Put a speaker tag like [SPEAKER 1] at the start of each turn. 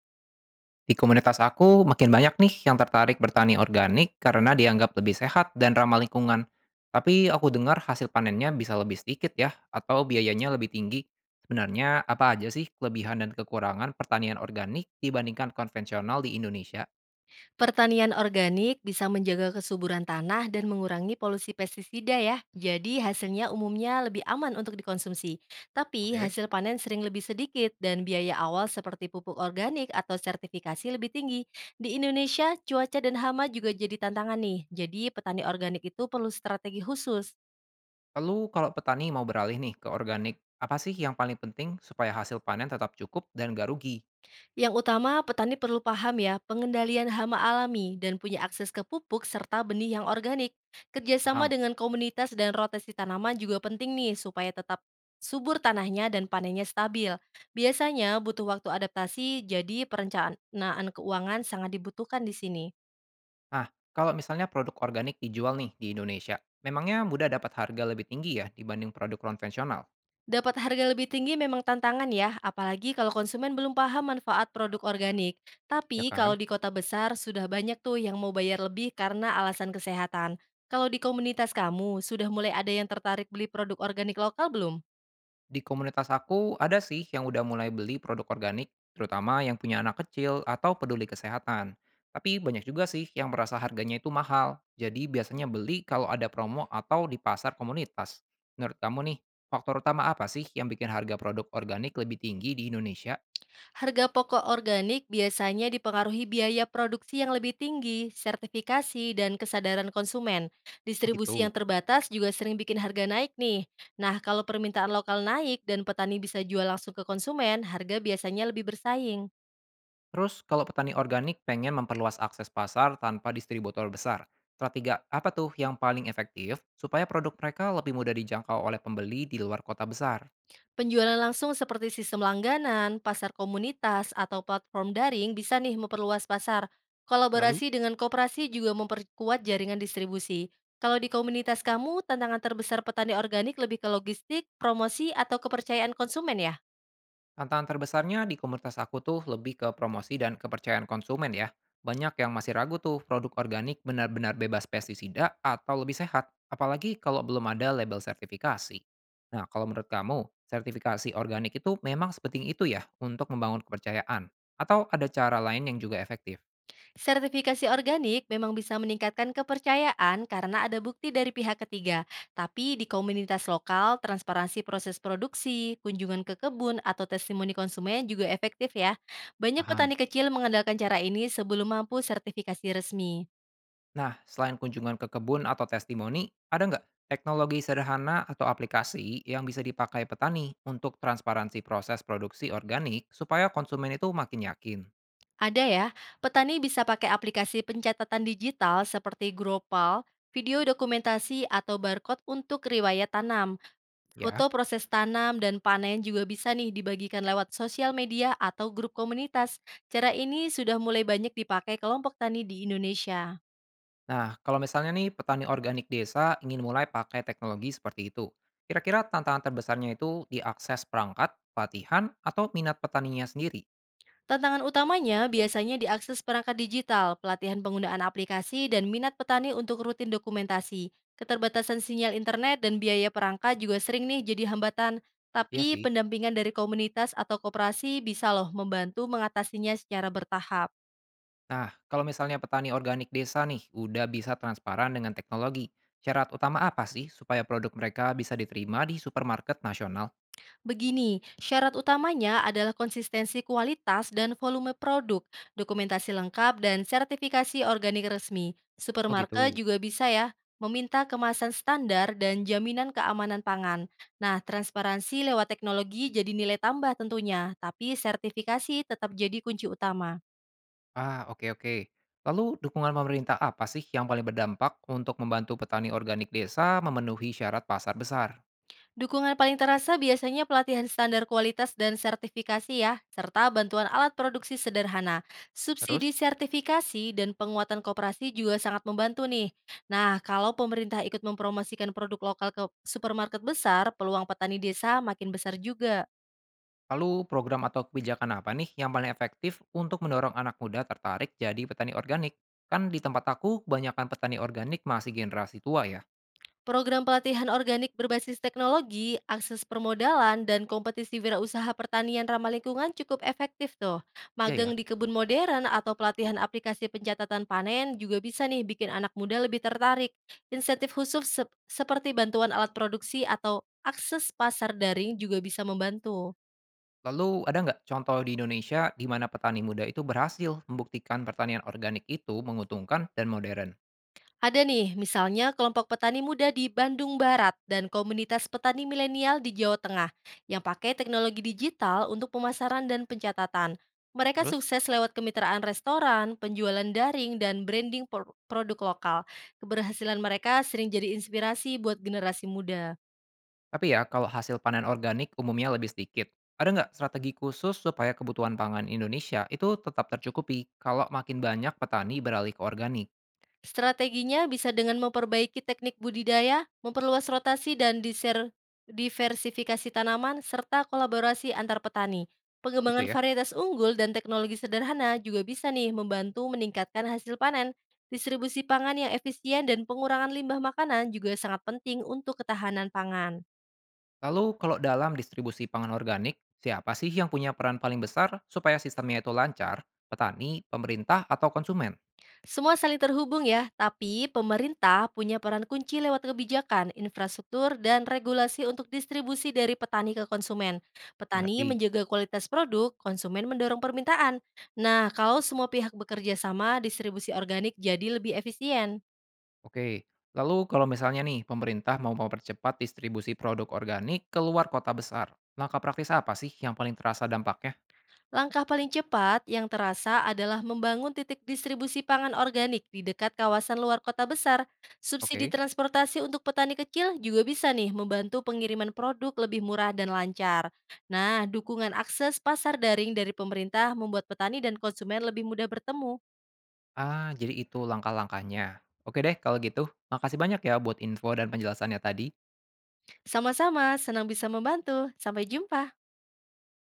[SPEAKER 1] Di komunitas aku, makin banyak nih yang tertarik bertani organik karena dianggap lebih sehat dan ramah lingkungan. Tapi aku dengar hasil panennya bisa lebih sedikit ya, atau biayanya lebih tinggi. Sebenarnya apa aja sih kelebihan dan kekurangan pertanian organik dibandingkan konvensional di Indonesia?
[SPEAKER 2] Pertanian organik bisa menjaga kesuburan tanah dan mengurangi polusi pestisida ya. Jadi hasilnya umumnya lebih aman untuk dikonsumsi. Tapi
[SPEAKER 1] Oke.
[SPEAKER 2] hasil panen sering lebih sedikit dan biaya awal seperti pupuk organik atau sertifikasi lebih tinggi. Di Indonesia, cuaca dan hama juga jadi tantangan nih. Jadi petani organik itu perlu strategi khusus.
[SPEAKER 1] Lalu kalau petani mau beralih nih ke organik, apa sih yang paling penting supaya hasil panen tetap cukup dan gak rugi?
[SPEAKER 2] Yang utama, petani perlu paham ya pengendalian hama alami dan punya akses ke pupuk serta benih yang organik. Kerjasama
[SPEAKER 1] Paham?
[SPEAKER 2] dengan komunitas dan rotasi tanaman juga penting nih supaya tetap subur tanahnya dan panennya stabil. Biasanya butuh waktu adaptasi, jadi perencanaan keuangan sangat dibutuhkan di sini.
[SPEAKER 1] Nah, kalau misalnya produk organik dijual nih di Indonesia, memangnya mudah dapat harga lebih tinggi ya dibanding produk konvensional?
[SPEAKER 2] Dapat harga lebih tinggi memang tantangan ya, apalagi kalau konsumen belum paham manfaat produk organik.
[SPEAKER 1] Ya
[SPEAKER 2] Tapi
[SPEAKER 1] kan?
[SPEAKER 2] kalau di kota besar sudah banyak tuh yang mau bayar lebih karena alasan kesehatan. Kalau di komunitas kamu sudah mulai ada yang tertarik beli produk organik lokal belum?
[SPEAKER 1] Di komunitas aku ada sih yang udah mulai beli produk organik, terutama yang punya anak kecil atau peduli kesehatan. Tapi banyak juga sih yang merasa harganya itu mahal. Jadi biasanya beli kalau ada promo atau di pasar komunitas. Menurut kamu nih, faktor utama apa sih yang bikin harga produk organik lebih tinggi di Indonesia?
[SPEAKER 2] Harga pokok organik biasanya dipengaruhi biaya produksi yang lebih tinggi, sertifikasi, dan kesadaran konsumen. Distribusi yang
[SPEAKER 1] Begitu.
[SPEAKER 2] terbatas juga sering bikin harga naik nih. Nah, kalau permintaan lokal naik dan petani bisa jual langsung ke konsumen, harga biasanya lebih bersaing.
[SPEAKER 1] Terus kalau petani organik pengen memperluas akses pasar tanpa distributor besar, strategi apa tuh yang paling efektif supaya produk mereka lebih mudah dijangkau oleh pembeli di luar kota besar?
[SPEAKER 2] Penjualan langsung seperti sistem langganan, pasar komunitas, atau platform daring bisa nih memperluas pasar.
[SPEAKER 1] Lalu,
[SPEAKER 2] Kolaborasi dengan koperasi juga memperkuat jaringan distribusi. Kalau di komunitas kamu, tantangan terbesar petani organik lebih ke logistik, promosi, atau kepercayaan konsumen ya?
[SPEAKER 1] tantangan terbesarnya di komunitas aku tuh lebih ke promosi dan kepercayaan konsumen ya. Banyak yang masih ragu tuh produk organik benar-benar bebas pestisida atau lebih sehat, apalagi kalau belum ada label sertifikasi. Nah, kalau menurut kamu, sertifikasi organik itu memang sepenting itu ya untuk membangun kepercayaan? Atau ada cara lain yang juga efektif?
[SPEAKER 2] Sertifikasi organik memang bisa meningkatkan kepercayaan karena ada bukti dari pihak ketiga. Tapi di komunitas lokal, transparansi proses produksi, kunjungan ke kebun, atau testimoni konsumen juga efektif ya. Banyak
[SPEAKER 1] Paham?
[SPEAKER 2] petani kecil mengandalkan cara ini sebelum mampu sertifikasi resmi.
[SPEAKER 1] Nah, selain kunjungan ke kebun atau testimoni, ada nggak teknologi sederhana atau aplikasi yang bisa dipakai petani untuk transparansi proses produksi organik supaya konsumen itu makin yakin?
[SPEAKER 2] Ada ya, petani bisa pakai aplikasi pencatatan digital seperti Gropal, video dokumentasi atau barcode untuk riwayat tanam. Foto
[SPEAKER 1] Ya.
[SPEAKER 2] proses tanam dan panen juga bisa nih dibagikan lewat sosial media atau grup komunitas. Cara ini sudah mulai banyak dipakai kelompok tani di Indonesia.
[SPEAKER 1] Nah, kalau misalnya nih petani organik desa ingin mulai pakai teknologi seperti itu, kira-kira tantangan terbesarnya itu diakses perangkat, pelatihan, atau minat petaninya sendiri?
[SPEAKER 2] Tantangan utamanya biasanya diakses perangkat digital, pelatihan penggunaan aplikasi, dan minat petani untuk rutin dokumentasi. Keterbatasan sinyal internet dan biaya perangkat juga sering nih jadi hambatan.
[SPEAKER 1] Iya
[SPEAKER 2] Tapi
[SPEAKER 1] sih.
[SPEAKER 2] pendampingan dari komunitas atau koperasi bisa loh membantu mengatasinya secara bertahap.
[SPEAKER 1] Nah, kalau misalnya petani organik desa nih udah bisa transparan dengan teknologi, syarat utama apa sih supaya produk mereka bisa diterima di supermarket nasional?
[SPEAKER 2] Begini, syarat utamanya adalah konsistensi kualitas dan volume produk, dokumentasi lengkap, dan sertifikasi organik resmi.
[SPEAKER 1] Oh
[SPEAKER 2] Supermarket
[SPEAKER 1] gitu.
[SPEAKER 2] juga bisa ya meminta kemasan standar dan jaminan keamanan pangan. Nah, transparansi lewat teknologi jadi nilai tambah tentunya, tapi sertifikasi tetap jadi kunci utama.
[SPEAKER 1] Ah, oke oke. Lalu dukungan pemerintah apa sih yang paling berdampak untuk membantu petani organik desa memenuhi syarat pasar besar?
[SPEAKER 2] Dukungan paling terasa biasanya pelatihan standar kualitas dan sertifikasi ya, serta bantuan alat produksi sederhana. Subsidi
[SPEAKER 1] Terus?
[SPEAKER 2] sertifikasi dan penguatan koperasi juga sangat membantu nih. Nah, kalau pemerintah ikut mempromosikan produk lokal ke supermarket besar, peluang petani desa makin besar juga.
[SPEAKER 1] Lalu program atau kebijakan apa nih yang paling efektif untuk mendorong anak muda tertarik jadi petani organik? Kan di tempat aku kebanyakan petani organik masih generasi tua ya.
[SPEAKER 2] Program pelatihan organik berbasis teknologi, akses permodalan, dan kompetisi wirausaha pertanian ramah lingkungan cukup efektif tuh.
[SPEAKER 1] Iya ya.
[SPEAKER 2] Magang di kebun modern atau pelatihan aplikasi pencatatan panen juga bisa nih bikin anak muda lebih tertarik. Insentif khusus seperti bantuan alat produksi atau akses pasar daring juga bisa membantu.
[SPEAKER 1] Lalu ada nggak contoh di Indonesia di mana petani muda itu berhasil membuktikan pertanian organik itu menguntungkan dan modern?
[SPEAKER 2] Ada nih, misalnya kelompok petani muda di Bandung Barat dan komunitas petani milenial di Jawa Tengah yang pakai teknologi digital untuk pemasaran dan pencatatan. Mereka
[SPEAKER 1] Terus,
[SPEAKER 2] sukses lewat kemitraan restoran, penjualan daring, dan branding produk lokal. Keberhasilan mereka sering jadi inspirasi buat generasi muda.
[SPEAKER 1] tapi ya kalau hasil panen organik umumnya lebih sedikit, ada nggak strategi khusus supaya kebutuhan pangan Indonesia itu tetap tercukupi kalau makin banyak petani beralih ke organik?
[SPEAKER 2] Strateginya bisa dengan memperbaiki teknik budidaya, memperluas rotasi dan diversifikasi tanaman, serta kolaborasi antar petani.
[SPEAKER 1] Gitu
[SPEAKER 2] Pengembangan
[SPEAKER 1] ya.
[SPEAKER 2] varietas unggul dan teknologi sederhana juga bisa nih membantu meningkatkan hasil panen. Distribusi pangan yang efisien dan pengurangan limbah makanan juga sangat penting untuk ketahanan pangan.
[SPEAKER 1] Lalu kalau dalam distribusi pangan organik, siapa sih yang punya peran paling besar supaya sistemnya itu lancar? Petani, pemerintah, atau konsumen?
[SPEAKER 2] Semua saling terhubung ya, tapi pemerintah punya peran kunci lewat kebijakan, infrastruktur, dan regulasi untuk distribusi dari petani ke konsumen. Petani
[SPEAKER 1] Mengerti?
[SPEAKER 2] menjaga kualitas produk, konsumen mendorong permintaan. Nah, kalau semua pihak bekerja sama, distribusi organik jadi lebih efisien.
[SPEAKER 1] Oke, lalu kalau misalnya nih pemerintah mau mempercepat distribusi produk organik keluar kota besar, langkah praktis apa sih yang paling terasa dampaknya?
[SPEAKER 2] Langkah paling cepat yang terasa adalah membangun titik distribusi pangan organik di dekat kawasan luar kota besar. Subsidi
[SPEAKER 1] Oke.
[SPEAKER 2] transportasi untuk petani kecil juga bisa nih membantu pengiriman produk lebih murah dan lancar. Nah, dukungan akses pasar daring dari pemerintah membuat petani dan konsumen lebih mudah bertemu.
[SPEAKER 1] Ah, jadi itu langkah-langkahnya. Oke deh kalau gitu, makasih banyak ya buat info dan penjelasannya tadi.
[SPEAKER 2] Sama-sama, senang bisa membantu. Sampai jumpa.